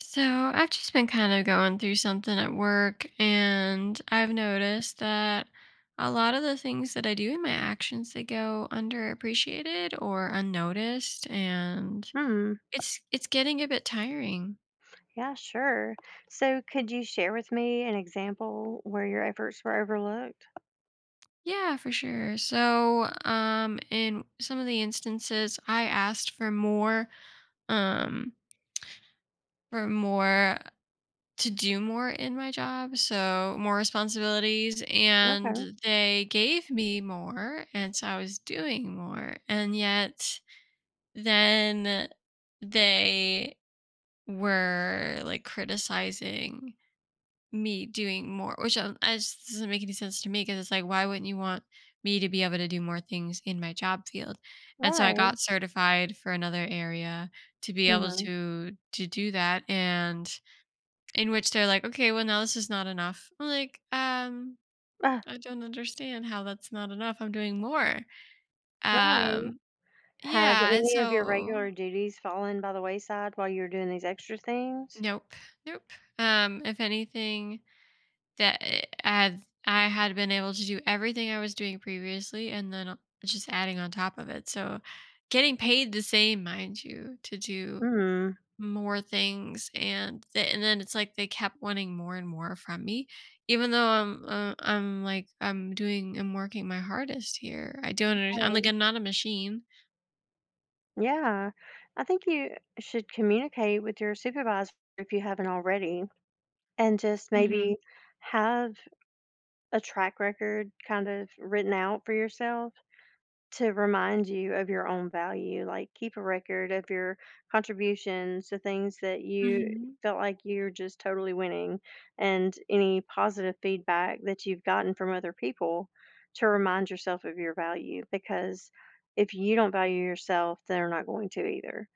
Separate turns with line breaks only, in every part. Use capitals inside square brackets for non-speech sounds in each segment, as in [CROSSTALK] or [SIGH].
So I've just been kind of going through something at work, and I've noticed that a lot of the things that I do in my actions they go underappreciated or unnoticed, and
Hmm.
it's getting a bit tiring.
Yeah, sure. So, could you share with me an example where your efforts were overlooked?
Yeah, for sure. So, in some of the instances, I asked um, for more to do more in my job, so more responsibilities, and
Okay.
they gave me more, and so I was doing more, and yet then they were like criticizing me doing more, which I just doesn't make any sense to me because it's like, why wouldn't you want me to be able to do more things in my job field? And so I
Right.
got certified for another area to be able
Mm-hmm.
to do that, and in which they're like, "Okay, well, now this is not enough." I'm like,
Ah,
I don't understand how that's not enough. I'm doing more."
right.
Um,
Have
yeah, and
any of your
so
regular duties fallen by the wayside while you were doing these extra things?
nope, nope. If anything, that I had been able to do everything I was doing previously and then just adding on top of it. So getting paid the same, mind you, to do
Hmm.
more things and and then it's like they kept wanting more and more from me even though I'm like I'm working my hardest here. I don't understand. I'm like
Right.
I'm not a machine.
Yeah. I think you should communicate with your supervisor if you haven't already, and just
Mm-hmm.
maybe have a track record kind of written out for yourself, to remind you of your own value, like keep a record of your contributions, the things that you
Mm-hmm.
felt like you're just totally winning, and any positive feedback that you've gotten from other people to remind yourself of your value, because if you don't value yourself they're not going to either.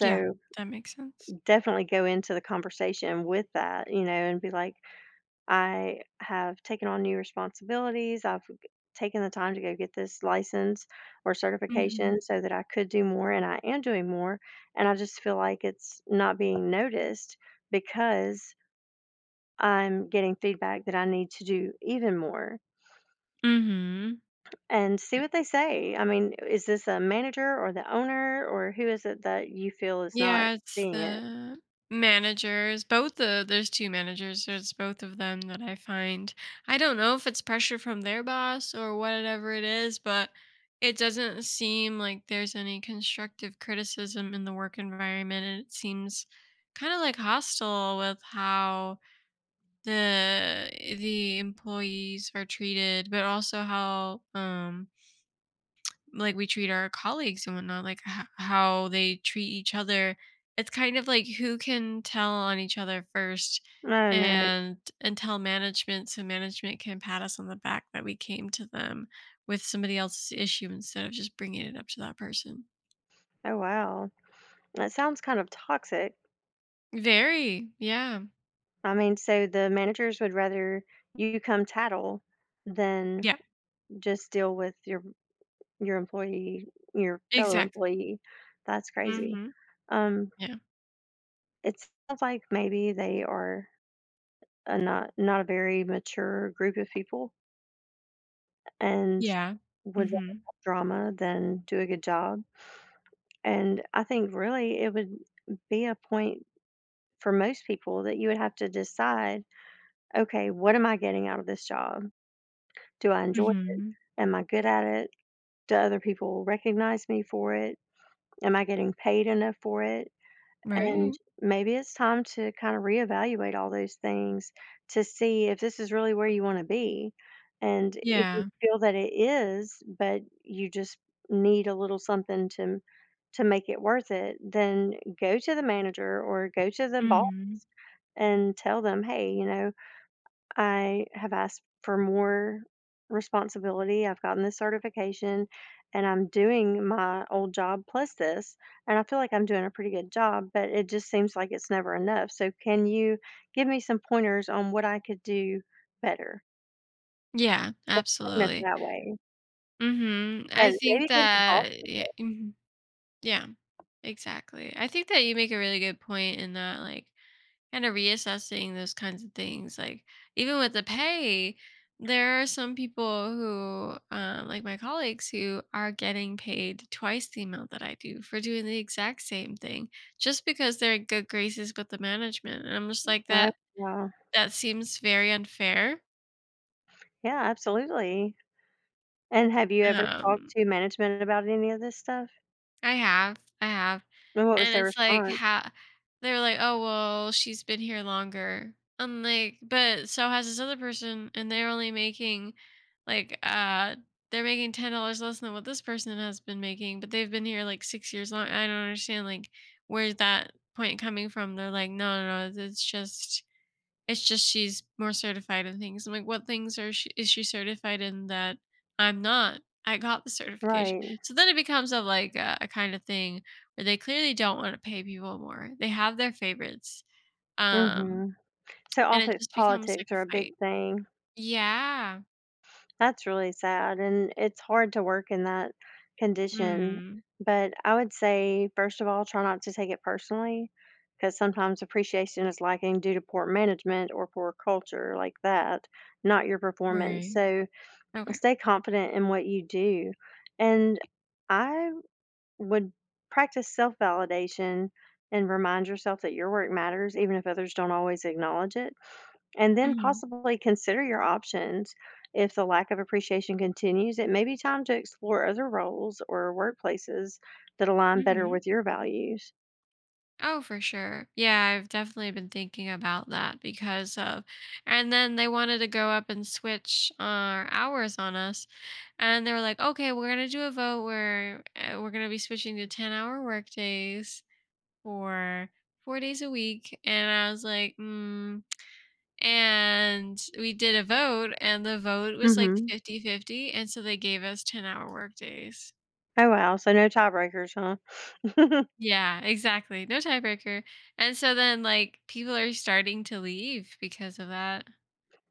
Yeah, that makes sense.
definitely go into the conversation with that. And be like, I have taken on new responsibilities. Taken the time to go get this license or certification
Mm-hmm.
so that I could do more, and I am doing more. And I just feel like it's not being noticed because I'm getting feedback that I need to do even more,
Mm-hmm.
and see what they say. I mean, is this a manager or the owner, or who is it that you feel is not
Yeah, it's
seeing it?
the managers. Both the There's two managers. There's both of them that I find. I don't know if it's pressure from their boss or whatever it is, but it doesn't seem like there's any constructive criticism in the work environment and it seems kind of like hostile with how the the employees are treated, but also how like we treat our colleagues and whatnot, like how they treat each other. It's kind of like who can tell on each other first
No, no.
and tell management so management can pat us on the back that we came to them with somebody else's issue instead of just bringing it up to that person.
Oh, wow. That sounds kind of toxic.
Very. Yeah.
I mean, so the managers would rather you come tattle than
Yeah.
just deal with your employee, your fellow
Exactly.
employee. That's crazy.
Hmm.
Um,
Yeah.
it sounds like maybe they are a not a very mature group of people and
Yeah.
would rather
Hmm.
have drama than do a good job. And I think really it would be a point for most people that you would have to decide, okay, what am I getting out of this job? Do I enjoy it?
Hmm.
Am I good at it? Do other people recognize me for it? Am I getting paid enough for it? And
Right.
maybe it's time to kind of reevaluate all those things to see if this is really where you want to be. And if you
Yeah.
feel that it is, but you just need a little something to make it worth it, then go to the manager or go to the boss
Hmm.
and tell them, "Hey, you know, I have asked for more responsibility. I've gotten this certification and I'm doing my old job plus this. And I feel like I'm doing a pretty good job, but it just seems like it's never enough. So, can you give me some pointers on what I could do better?"
Yeah.
Frame it
Absolutely.
that way.
Hmm. I
But
think
maybe give the boss.
that, yeah. Mhm. Yeah, exactly. I think that you make a really good point in that, like, kind of reassessing those kinds of things. Like, even with the pay, there are some people who, like my colleagues, who are getting paid twice the amount that I do for doing the exact same thing just because they're in good graces with the management. And I'm just like,
Oh, wow.
that seems very unfair.
Yeah, absolutely. And have you ever talked
Um,
to management about any of this stuff?
I have,
And what was
and
their
it's like
response?
how they're like, "Oh, well, she's been here longer." I'm like, "But so has this other person, and they're only making like they're making $10 less than what this person has been making, but they've been here like 6 years long." I don't understand like where's that point coming from. They're like, "No, no, no, it's just she's more certified in things." I'm like, "What things are she certified in that I'm not? I got the certification."
Right.
So then it becomes of, like, a kind of thing where they clearly don't wanna pay people more. They have their favorites, um,
hmm So,
and it
often
just becomes, like,
politics
a
are a big
fight.
thing.
Yeah.
That's really sad, and it's hard to work in that condition.
Mhm.
But I would say, first of all, try not to take it personally, because sometimes appreciation is lacking due to poor management or poor culture, like that, not your performance.
Right.
So
Okay.
stay confident in what you do. And I would practice self validation and remind yourself that your work matters, even if others don't always acknowledge it. And then
Mhm.
possibly consider your options. If the lack of appreciation continues, it may be time to explore other roles or workplaces that align better
Mhm.
with your values.
Oh, for sure. Yeah, I've definitely been thinking about that because of, and then they wanted to go up and switch our hours on us. And they were like, okay, we're going to do a vote where we're going to be switching to 10 hour work days for 4 days a week. And I was like, mm. And we did a vote, and the vote was like
Mhm.
fifty-fifty, and so they gave us 10-hour work days.
Oh, wow. So no tiebreakers, huh? [LAUGHS]
Yeah, exactly. No tiebreaker. And so then like people are starting to leave because of that.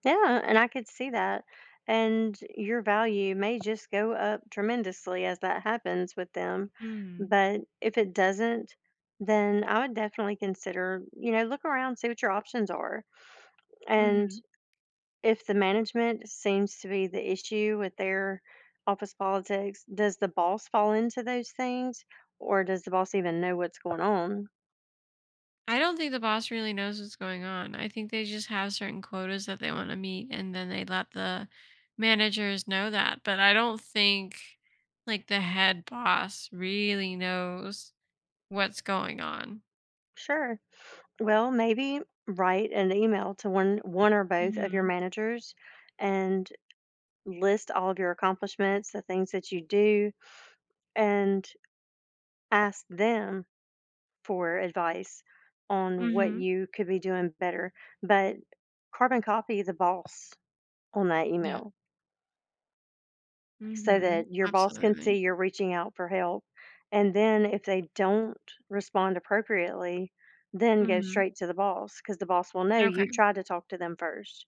Yeah, and I could see that. And your value may just go up tremendously as that happens with them.
Mm.
But if it doesn't, then I would definitely consider, you know, look around, see what your options are. And
Mhm.
if the management seems to be the issue with their office politics, does the boss fall into those things, or does the boss even know what's going on?
I don't think the boss really knows what's going on. I think they just have certain quotas that they want to meet and then they let the managers know that. But I don't think like the head boss really knows what's going on.
Sure. Well, maybe write an email to one or both of your
Mhm.
managers and list all of your accomplishments, the things that you do, and ask them for advice on what
Mhm.
you could be doing better. But carbon copy the boss on that
Yeah.
email, so that
Mhm.
your boss can see
Absolutely.
you're reaching out for help. And then if they don't respond appropriately, then go
Mhm.
straight to the boss, because the boss will know you
Okay.
tried to talk to them first.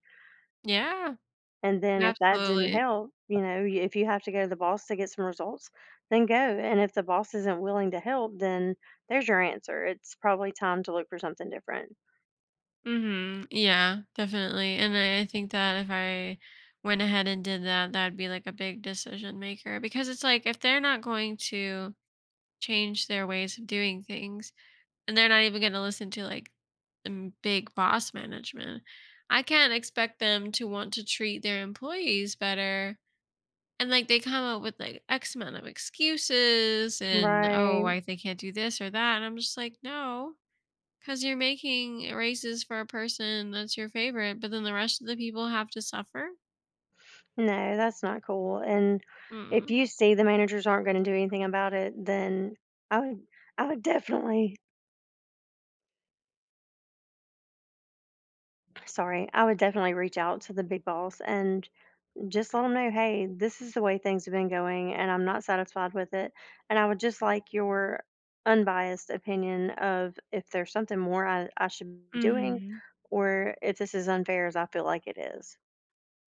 Yeah.
And then if that didn't
Absolutely.
help, you know, you if you have to go to the boss to get some results, then go, and if the boss isn't willing to help, then there's your answer. It's probably time to look for something different.
Mm-hmm. Yeah, definitely. And I think that if I went ahead and did that, that'd be like a big decision maker because it's like if they're not going to change their ways of doing things and they're not even going to listen to like big boss management, I can't expect them to want to treat their employees better. And like they come up with like X amount of excuses and oh,
Right.
why they can't do this or that. And I'm just like, no. Because you're making races for a person that's your favorite, but then the rest of the people have to suffer?
No, that's not cool, and if
Mm.
you see the managers aren't gonna do anything about it, then I would I would definitely, sorry, I would definitely reach out to the big boss and just let them know, "Hey, this is the way things have been going, and I'm not satisfied with it, and I would just like your unbiased opinion of if there's something more I should be doing,
Hmm.
or if this is unfair as I feel like it is."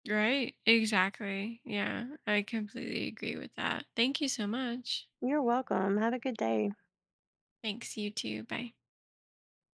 Right? Exactly. Yeah, I completely agree with that. Thank you so much.
You're welcome, have a good day.
Thanks, you too. Bye.